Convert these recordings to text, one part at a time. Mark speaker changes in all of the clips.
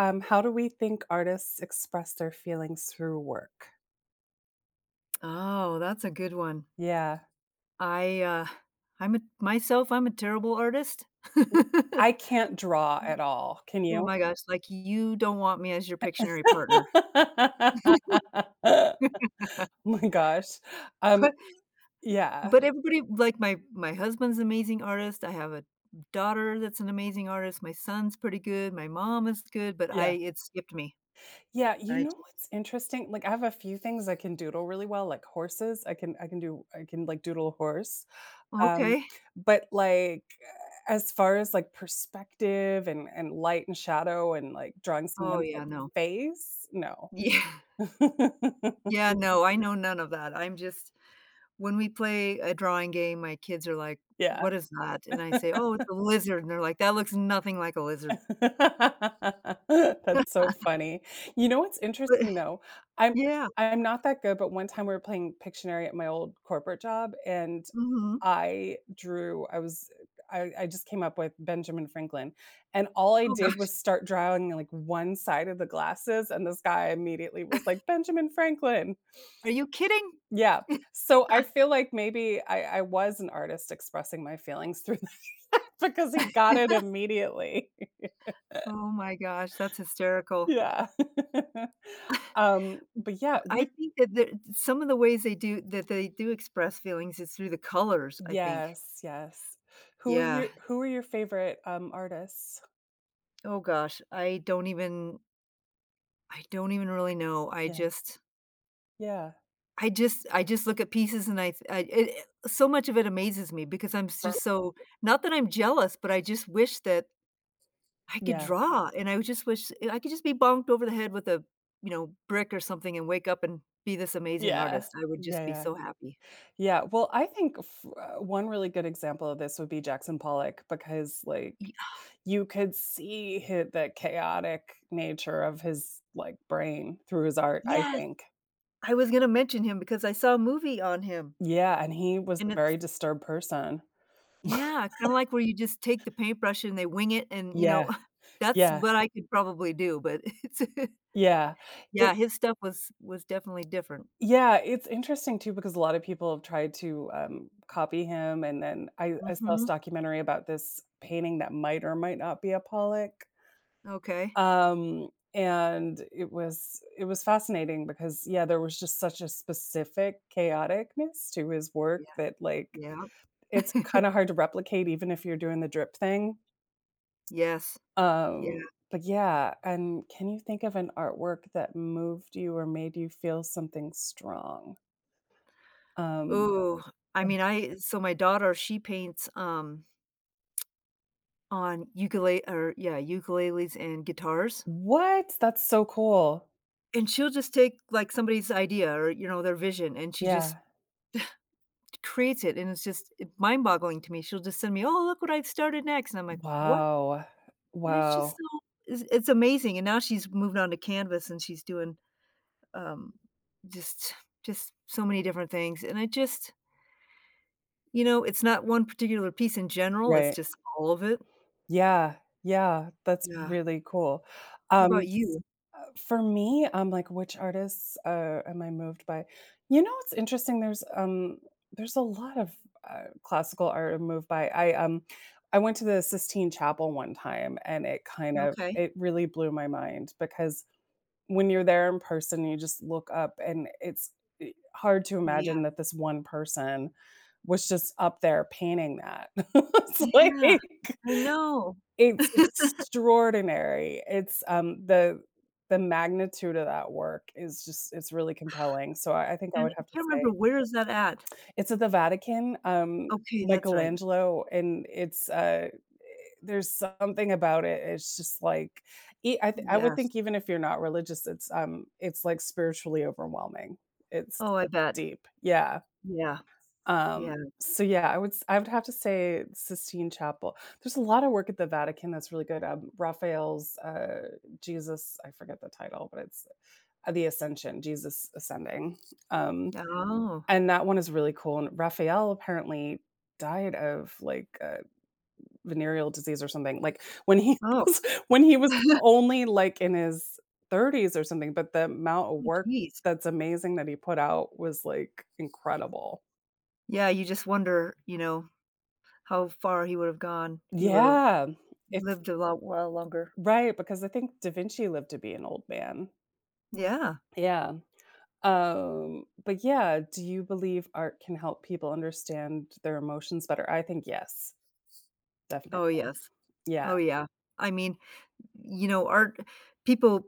Speaker 1: How do we think artists express their feelings through work?
Speaker 2: Oh, that's a good one.
Speaker 1: Yeah.
Speaker 2: I, uh, I'm a myself, I'm a terrible artist.
Speaker 1: I can't draw at all. Can
Speaker 2: Oh
Speaker 1: you?
Speaker 2: my gosh, like, you don't want me as your Pictionary partner.
Speaker 1: Oh my gosh. Um,
Speaker 2: But
Speaker 1: yeah,
Speaker 2: but everybody like, my husband's an amazing artist, I have a daughter that's an amazing artist, my son's pretty good, my mom is good, but I
Speaker 1: yeah.
Speaker 2: it skipped me.
Speaker 1: Yeah, you
Speaker 2: I
Speaker 1: know
Speaker 2: just
Speaker 1: what's interesting? Like, I have a few things I can doodle really well, like horses. I can like doodle a horse. Um,
Speaker 2: Okay.
Speaker 1: but as far as like perspective and light and shadow and like drawing
Speaker 2: Oh,
Speaker 1: someone's
Speaker 2: yeah,
Speaker 1: like,
Speaker 2: no.
Speaker 1: face, no.
Speaker 2: Yeah. Yeah, no, I know none of that. I'm just when we play a drawing game, my kids are like,
Speaker 1: Yeah.
Speaker 2: "What is that?" And I say, "Oh, it's a lizard," and they're like, "That looks nothing like a lizard."
Speaker 1: That's so funny. You know what's
Speaker 2: But
Speaker 1: interesting though? I'm
Speaker 2: yeah,
Speaker 1: I'm not that good, but one time we were playing Pictionary at my old corporate job and
Speaker 2: mhm.
Speaker 1: I drew I was I just came up with Benjamin Franklin and all I
Speaker 2: Oh
Speaker 1: did
Speaker 2: gosh,
Speaker 1: was start drawing like one side of the glasses, and this guy immediately was like Benjamin Franklin.
Speaker 2: are you kidding?
Speaker 1: Yeah. So I feel like maybe I was an artist expressing my feelings through that because he got it immediately.
Speaker 2: Oh my gosh, that's hysterical.
Speaker 1: Yeah. But yeah, would
Speaker 2: I think that there some of the ways they do that they do express feelings is through the colors, I think.
Speaker 1: yes, yes. Who are
Speaker 2: Yeah.
Speaker 1: your who are your favorite, artists?
Speaker 2: Oh gosh, I don't even really know. I
Speaker 1: Yeah,
Speaker 2: just
Speaker 1: yeah.
Speaker 2: I just I just look at pieces and I th I it it so much of it amazes me because I'm s
Speaker 1: Right.
Speaker 2: just so not that I'm jealous, but I just wish that I could
Speaker 1: Yeah,
Speaker 2: draw, and I would just wish I could just be bonked over the head with a, you know, brick or something and wake up and be this amazing
Speaker 1: yeah.
Speaker 2: artist. I would
Speaker 1: Yeah,
Speaker 2: just be
Speaker 1: yeah.
Speaker 2: so happy.
Speaker 1: Yeah, well, I think f one really good example of this would be Jackson Pollock because, like,
Speaker 2: Ye
Speaker 1: you could see hi the chaotic nature of his, like, brain through his art, I
Speaker 2: Yes,
Speaker 1: think.
Speaker 2: I was gonna mention him because I saw a movie on him,
Speaker 1: Yeah, and he was a
Speaker 2: and
Speaker 1: very
Speaker 2: it's
Speaker 1: disturbed person.
Speaker 2: yeah, kinda like where you just take the paintbrush and they wing it and, you know,
Speaker 1: Yeah,
Speaker 2: that's
Speaker 1: yeah,
Speaker 2: what I could probably do, but it's
Speaker 1: yeah.
Speaker 2: yeah, his stuff was definitely different.
Speaker 1: Yeah, it's interesting too because a lot of people have tried to, copy him, and then I saw this
Speaker 2: Mhm.
Speaker 1: documentary about this painting that might or might not be a Pollock,
Speaker 2: Okay.
Speaker 1: and it was fascinating because, yeah, there was just such a specific chaoticness to his work
Speaker 2: Yeah,
Speaker 1: that, like, it's
Speaker 2: yeah.
Speaker 1: kinda hard to replicate even if you're doing the drip thing,
Speaker 2: Yes. Yeah.
Speaker 1: um, but yeah, and can you think of an artwork that moved you or made you feel something strong? Um
Speaker 2: Oh, I mean, I so my daughter, she paints, on ukule or yeah, ukuleles and guitars,
Speaker 1: What? That's so cool.
Speaker 2: and she'll just take, like, somebody's idea or, you know, their vision, and she just
Speaker 1: Yeah.
Speaker 2: creates it, and it's just mind-boggling to me. She'll just send me, "Oh, look what I've started next," and I'm like, "What?"
Speaker 1: Wow.
Speaker 2: And it's just
Speaker 1: Wow.
Speaker 2: so it's amazing, and now she's moved on to canvas, and she's doing, um, just just so many different things, and it just you know, it's not one particular piece in general, it's
Speaker 1: Right.
Speaker 2: just all of it.
Speaker 1: Yeah, yeah, that's
Speaker 2: Yeah.
Speaker 1: really cool.
Speaker 2: How
Speaker 1: Um,
Speaker 2: about you?
Speaker 1: for me, I'm like, which artists, am I moved by? You know, it's interesting, there's a lot of, classical art I'm moved by. I went to the Sistine Chapel one time, and it kind of
Speaker 2: Okay.
Speaker 1: it really blew my mind because when you're there in person, you just look up, and it's hard to
Speaker 2: Yeah.
Speaker 1: imagine that this one person was just up there painting that. It's like
Speaker 2: Yeah, I know.
Speaker 1: it's extraordinary. It's the magnitude of that work is just it's really compelling. So I think I
Speaker 2: And
Speaker 1: would
Speaker 2: I
Speaker 1: have to
Speaker 2: can't remember
Speaker 1: say
Speaker 2: where is that at?
Speaker 1: it's at the Vatican,
Speaker 2: Okay, that's right.
Speaker 1: Michelangelo, and there's something about it, it's just like I would
Speaker 2: Yes.
Speaker 1: think even if you're not religious, it's, like, spiritually overwhelming. It's
Speaker 2: Oh, I bet.
Speaker 1: deep, yeah,
Speaker 2: Yeah.
Speaker 1: um,
Speaker 2: Yeah.
Speaker 1: so, yeah, I would have to say Sistine Chapel. There's a lot of work at the Vatican that's really good, Raphael's, Jesus I forget the title, but it's The Ascension, Jesus Ascending, um
Speaker 2: Oh.
Speaker 1: and that one is really cool, and Raphael apparently died of, like, venereal disease or something, like, when he
Speaker 2: Oh.
Speaker 1: was when he was only, like, in his 30s or something, but the amount of
Speaker 2: Oh,
Speaker 1: work
Speaker 2: geez.
Speaker 1: that's amazing that he put out was, like, incredible.
Speaker 2: Yeah, you just wonder, you know, how far he would've gone if he would've
Speaker 1: Yeah. If
Speaker 2: lived a lot while longer.
Speaker 1: Right, because I think Da Vinci lived to be an old man.
Speaker 2: Yeah.
Speaker 1: Yeah. But yeah, do you believe art can help people understand their emotions better? I think yes. Definitely.
Speaker 2: Oh, yes.
Speaker 1: Yeah,
Speaker 2: Oh, yeah. I mean, you know, art people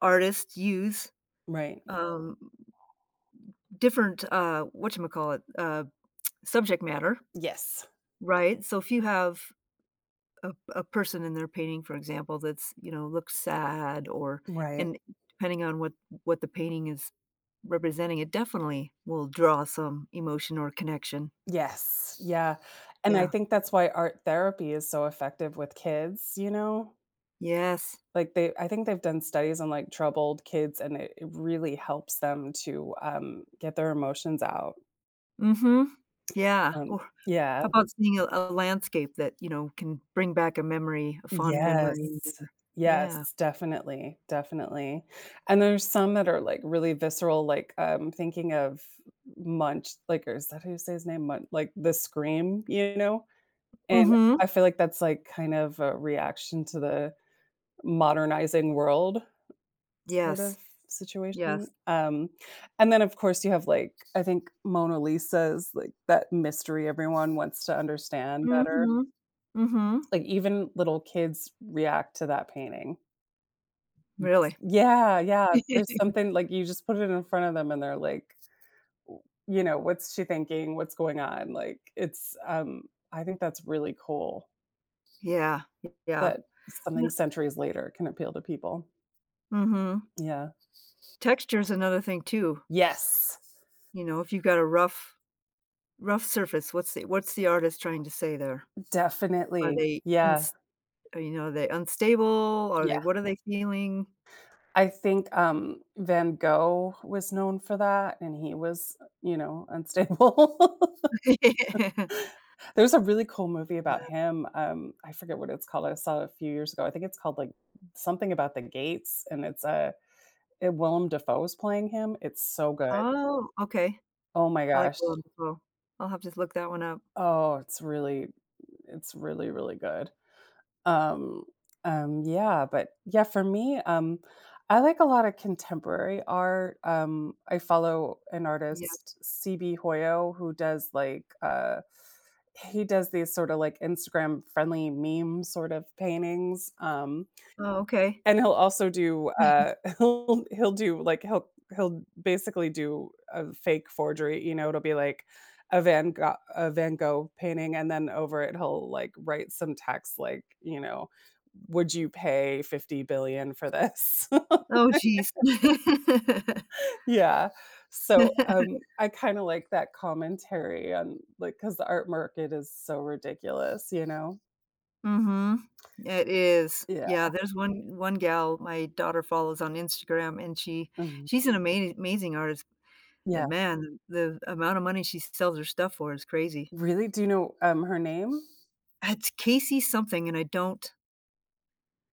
Speaker 2: artists use
Speaker 1: right.
Speaker 2: um, different, whatchamacallit, subject matter,
Speaker 1: Yes.
Speaker 2: right? So if you have a person in their painting, for example, that's, you know, looks sad or
Speaker 1: Right.
Speaker 2: and depending on what the painting is representing, it definitely will draw some emotion or connection.
Speaker 1: Yes. Yeah. And I
Speaker 2: Yeah.
Speaker 1: think that's why art therapy is so effective with kids, you know?
Speaker 2: Yes.
Speaker 1: Like they I think they've done studies on like troubled kids, and it really helps them to get their emotions out.
Speaker 2: Mhm. Yeah.
Speaker 1: Um
Speaker 2: Or
Speaker 1: yeah.
Speaker 2: how about seeing a landscape that, you know, can bring back a memory, a fond memory?
Speaker 1: Yes.
Speaker 2: Or- Yeah.
Speaker 1: Yes, definitely. Definitely. And there's some that are like really visceral, like thinking of Munch, like or is that who you say his name? Munch like the scream, you know? And
Speaker 2: Mhm.
Speaker 1: I feel like that's, like, kind of a reaction to the modernizing world sort of
Speaker 2: Yes.
Speaker 1: situation,
Speaker 2: Yes.
Speaker 1: and then, of course, you have, like, I think Mona Lisa's, like, that mystery everyone wants to understand better.
Speaker 2: Mhm. Mhm.
Speaker 1: Like, even little kids react to that painting.
Speaker 2: Really.
Speaker 1: Yeah, yeah, there's something like, you just put it in front of them, and they're like, w you know, "What's she thinking? What's going on?" Like, I think that's really cool.
Speaker 2: Yeah, yeah.
Speaker 1: That
Speaker 2: mm
Speaker 1: something centuries later can appeal to people.
Speaker 2: Mhm.
Speaker 1: Yeah.
Speaker 2: Texture's another thing too,
Speaker 1: Yes,
Speaker 2: you know, if you've got a rough surface, what's the artist trying to say there? Are
Speaker 1: definitely.
Speaker 2: they
Speaker 1: Yeah,
Speaker 2: ins you know, are they unstable? Are they
Speaker 1: yeah.
Speaker 2: what are they feeling?
Speaker 1: I think, Van Gogh was known for that, and he was, you know, unstable. There's a really cool movie about
Speaker 2: Yeah.
Speaker 1: him, I forget what it's called, I saw it a few years ago. I think it's called, like, something about the gates, and Willem Dafoe's playing him. It's so good.
Speaker 2: Oh, okay.
Speaker 1: Oh my
Speaker 2: I like
Speaker 1: gosh.
Speaker 2: Willem Dafoe. I'll have to look that one up.
Speaker 1: Oh, it's really, it's really, really good. Um, yeah, but yeah, for me, I like a lot of contemporary art. I follow an
Speaker 2: Yes.
Speaker 1: artist, CB Hoyo, who does like he does these sort of like Instagram friendly meme sort of paintings.
Speaker 2: Oh, okay.
Speaker 1: And he'll also do, he'll basically do a fake forgery, you know, it'll be like a Van Gogh painting, and then over it, he'll, like, write some text like, you know, "Would you pay 50,000,000,000 for this?"
Speaker 2: Oh, jeez.
Speaker 1: Yeah. So, I kinda like that commentary on, because the art market is so ridiculous, you know?
Speaker 2: Mhm. It is.
Speaker 1: Yeah.
Speaker 2: Yeah, there's one one gal my daughter follows on Instagram, and she
Speaker 1: Mhm.
Speaker 2: she's an amazing amazing artist,
Speaker 1: Yeah.
Speaker 2: and man, the amount of money she sells her stuff for is crazy.
Speaker 1: Really? Do you know, her name?
Speaker 2: It's Casey something, and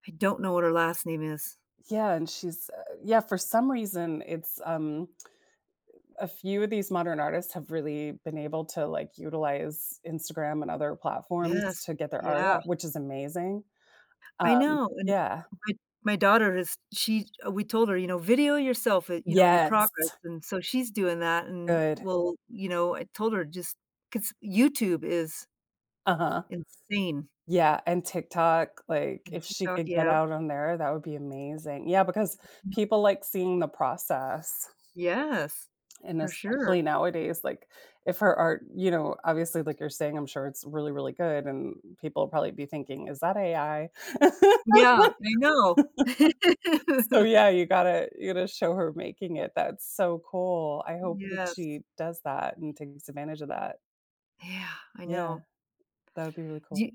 Speaker 2: I don't know what her last name is.
Speaker 1: Yeah, and she's yeah, for some reason it's a few of these modern artists have really been able to like utilize Instagram and other platforms
Speaker 2: Yes.
Speaker 1: to get their art
Speaker 2: Yeah.
Speaker 1: out, which is amazing.
Speaker 2: I know, and
Speaker 1: Yeah.
Speaker 2: my my daughter is she we told her, you know, "Video yourself, you know, your progress,"
Speaker 1: Yes.
Speaker 2: and so she's doing that, and,
Speaker 1: Good.
Speaker 2: well, you know, I told her just because YouTube is
Speaker 1: Uh-huh.
Speaker 2: insane.
Speaker 1: Yeah, and TikTok, like
Speaker 2: And
Speaker 1: if she
Speaker 2: TikTok
Speaker 1: could get
Speaker 2: yep.
Speaker 1: out on there, that would be amazing. Yeah, because people like seeing the process.
Speaker 2: Yes,
Speaker 1: And
Speaker 2: for sure.
Speaker 1: especially nowadays, like, if her art you know, obviously, like you're saying, I'm sure it's really, really good, and people will probably be thinking, "Is that AI?"
Speaker 2: Yeah, I know.
Speaker 1: So, yeah, you gotta show her making it, that's so cool, I hope that
Speaker 2: Yes.
Speaker 1: she does that and takes advantage of that.
Speaker 2: Yeah, I
Speaker 1: Yeah,
Speaker 2: know.
Speaker 1: that would be really
Speaker 2: Do
Speaker 1: cool.
Speaker 2: you,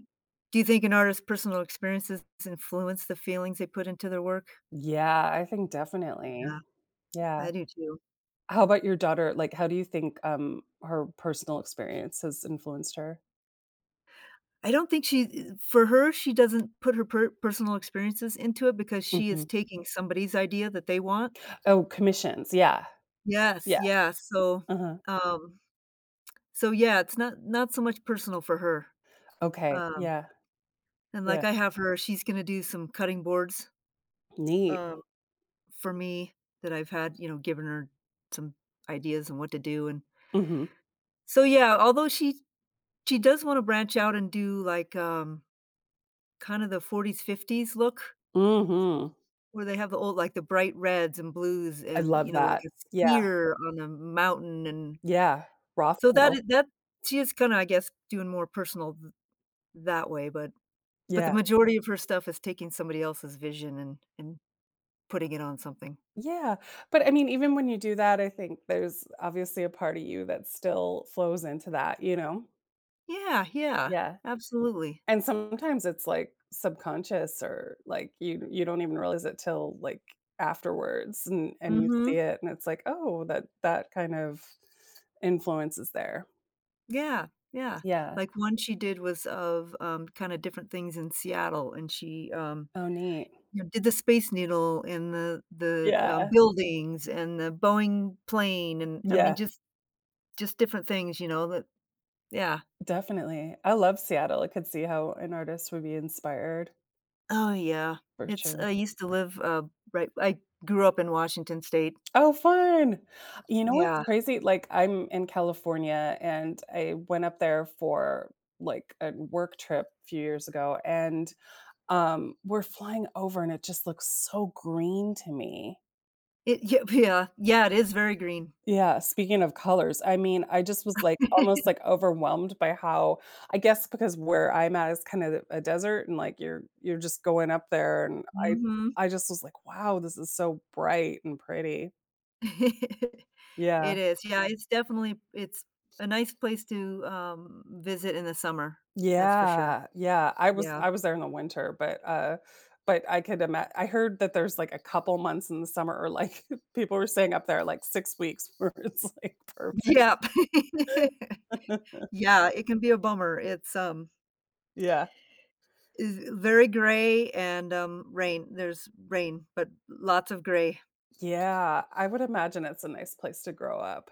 Speaker 2: do you think an artist's personal experiences influence the feelings they put into their work?
Speaker 1: Yeah, I think definitely.
Speaker 2: Yeah,
Speaker 1: Yeah.
Speaker 2: I do too.
Speaker 1: How about your daughter? Like, how do you think, her personal experience has influenced her?
Speaker 2: I don't think she for her, she doesn't put her per personal experiences into it because she
Speaker 1: Mhm.
Speaker 2: is taking somebody's idea that they want.
Speaker 1: Oh, commissions, yeah.
Speaker 2: Yes,
Speaker 1: Yeah,
Speaker 2: yeah, so,
Speaker 1: uh-huh.
Speaker 2: um so, yeah, it's not not so much personal for her.
Speaker 1: Okay,
Speaker 2: Um
Speaker 1: yeah.
Speaker 2: And,
Speaker 1: Yeah,
Speaker 2: like, I have her she's gonna do some cutting boards,
Speaker 1: neat.
Speaker 2: um, for me that I've had, you know, given her some ideas on what to do, and
Speaker 1: Mhm,
Speaker 2: so, yeah, although she does wanna branch out and do, like, kinda the 40s, 50s look
Speaker 1: mhm.
Speaker 2: where they have the old like, the bright reds and blues
Speaker 1: I
Speaker 2: and,
Speaker 1: love
Speaker 2: you know, like
Speaker 1: that.
Speaker 2: a
Speaker 1: Yeah,
Speaker 2: skier on a mountain, and
Speaker 1: yeah,
Speaker 2: so that
Speaker 1: Rothko.
Speaker 2: I that she is kinda, I guess, doing more personal th that way, but the
Speaker 1: Yeah,
Speaker 2: majority of her stuff is taking somebody else's vision and putting it on something.
Speaker 1: yeah, but, I mean, even when you do that, I think there's obviously a part of you that still flows into that, you know?
Speaker 2: Yeah, yeah,
Speaker 1: Yeah,
Speaker 2: absolutely.
Speaker 1: and sometimes it's, like, subconscious or, like, you don't even realize it till, like, afterwards, and you see
Speaker 2: Mhm.
Speaker 1: it and it's like, "Oh, that that kind of influence is there."
Speaker 2: Yeah, yeah.
Speaker 1: Yeah.
Speaker 2: Like, one she did was of, kinda different things in Seattle, and she,
Speaker 1: Oh, neat.
Speaker 2: you know, did the Space Needle and the,
Speaker 1: Yeah,
Speaker 2: buildings and the Boeing plane and, I
Speaker 1: yeah.
Speaker 2: mean, just different things, you know, that yeah.
Speaker 1: Definitely. I love Seattle. I could see how an artist would be inspired
Speaker 2: Oh, yeah.
Speaker 1: for
Speaker 2: It's
Speaker 1: sure.
Speaker 2: I used to live, right I grew up in Washington State.
Speaker 1: Oh, fun. You know what's
Speaker 2: Yeah.
Speaker 1: crazy? Like, I'm in California and I went up there for like a work trip a few years ago, and we're flying over and it just looks so green to me.
Speaker 2: It yep, yeah. Yeah, it is very green.
Speaker 1: Yeah, speaking of colors, I mean, I just was, like, almost, like, overwhelmed by how I guess because where I'm at is kind of a desert and, like, you're just going up there and
Speaker 2: Mhm.
Speaker 1: I just was like, "Wow, this is so bright and pretty." Yeah.
Speaker 2: It is, yeah, it's definitely it's a nice place to, visit in the summer, that's for sure.
Speaker 1: Yeah, yeah, I was
Speaker 2: Yeah.
Speaker 1: I was there in the winter, but I could imagine. I heard that there's, like, a couple months in the summer or, like, people were staying up there, like, 6 weeks where it's, like, perfect.
Speaker 2: Yep. Yeah, it can be a bummer, it's,
Speaker 1: Yeah.
Speaker 2: is very gray and, rain there's rain, but lots of gray.
Speaker 1: Yeah, I would imagine it's a nice place to grow up.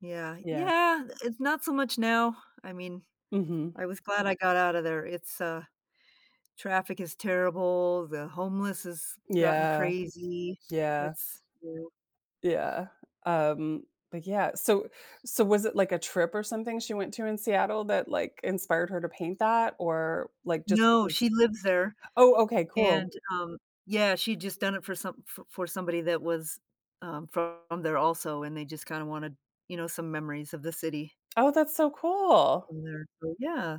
Speaker 2: Yeah,
Speaker 1: Yeah.
Speaker 2: yeah, it's not so much now, I mean,
Speaker 1: Mhm.
Speaker 2: I was glad I got out of there, it's, traffic is terrible, the homeless has gotten
Speaker 1: Yeah,
Speaker 2: crazy,
Speaker 1: yeah,
Speaker 2: it's,
Speaker 1: yeah, um, but yeah, so was it like a trip or something she went to in Seattle that, like, inspired her to paint that, or, like, just
Speaker 2: no,
Speaker 1: because
Speaker 2: she lives there.
Speaker 1: oh, okay, cool.
Speaker 2: And, yeah, she'd just done it for some for somebody that was, from there also, and they just kinda wanted, you know, some memories of the city
Speaker 1: Oh, that's so cool.
Speaker 2: from there. So, yeah,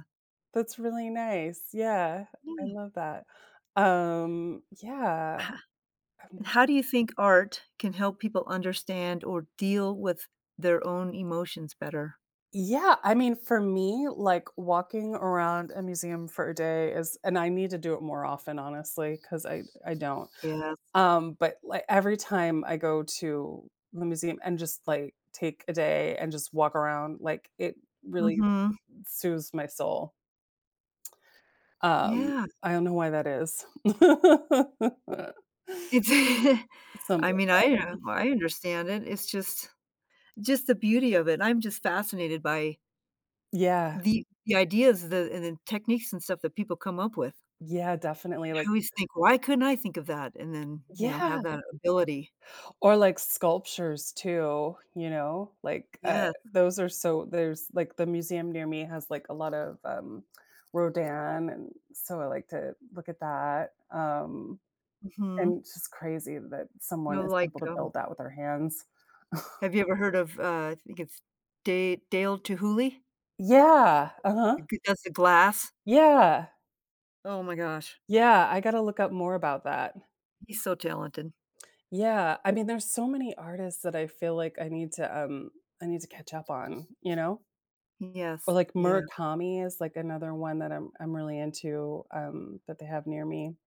Speaker 1: That's really nice. Yeah, I
Speaker 2: yeah.
Speaker 1: love that. Um, yeah,
Speaker 2: Ho
Speaker 1: I'm j
Speaker 2: how do you think art can help people understand or deal with their own emotions better?
Speaker 1: Yeah, I mean, for me, like, walking around a museum for a day is and I need to do it more often, honestly, because I don't.
Speaker 2: Yes.
Speaker 1: But, like, every time I go to the museum and just, like, take a day and just walk around, like, it really
Speaker 2: Mhm.
Speaker 1: soothes my soul. Um,
Speaker 2: Yeah.
Speaker 1: I don't know why that is.
Speaker 2: It's I
Speaker 1: Something
Speaker 2: mean, I understand it. It's just the beauty of it. I'm just fascinated by
Speaker 1: yeah.
Speaker 2: the ideas the and the techniques and stuff that people come up with.
Speaker 1: Yeah, definitely,
Speaker 2: I
Speaker 1: like
Speaker 2: always think, "Why couldn't I think of that?" And then, you know,
Speaker 1: yeah,
Speaker 2: have that ability.
Speaker 1: or, like, sculptures too, you know? Like,
Speaker 2: Yes,
Speaker 1: those are so there's, like the museum near me has, like, a lot of, Rodin, and so I like to look at that, and
Speaker 2: mhm.
Speaker 1: it's just crazy that
Speaker 2: You
Speaker 1: someone
Speaker 2: know,
Speaker 1: is
Speaker 2: like,
Speaker 1: able to build that with their hands.
Speaker 2: have you ever heard of, I think it's Da Dale Chihuly?
Speaker 1: Yeah, uh-huh.
Speaker 2: The g does the glass.
Speaker 1: Yeah,
Speaker 2: Oh my gosh,
Speaker 1: yeah, I gotta look up more about that.
Speaker 2: he's so talented.
Speaker 1: Yeah, I mean, there's so many artists that I feel like I need to catch up on, you know? Or
Speaker 2: Yes,
Speaker 1: like
Speaker 2: yeah,
Speaker 1: Murakami is like another one that I'm really into, that they have near me.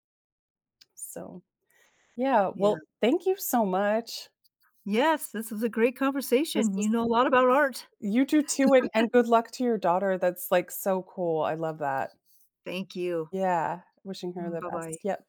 Speaker 1: So, yeah,
Speaker 2: yeah.
Speaker 1: well, thank you so much.
Speaker 2: Yes, this was a great
Speaker 1: This
Speaker 2: conversation.
Speaker 1: is
Speaker 2: You know a lot about art.
Speaker 1: you do too, and good luck to your daughter, that's, like, so cool, I love that.
Speaker 2: Thank you.
Speaker 1: Yeah, wishing her
Speaker 2: Mm,
Speaker 1: the
Speaker 2: bye-bye.
Speaker 1: best, yep.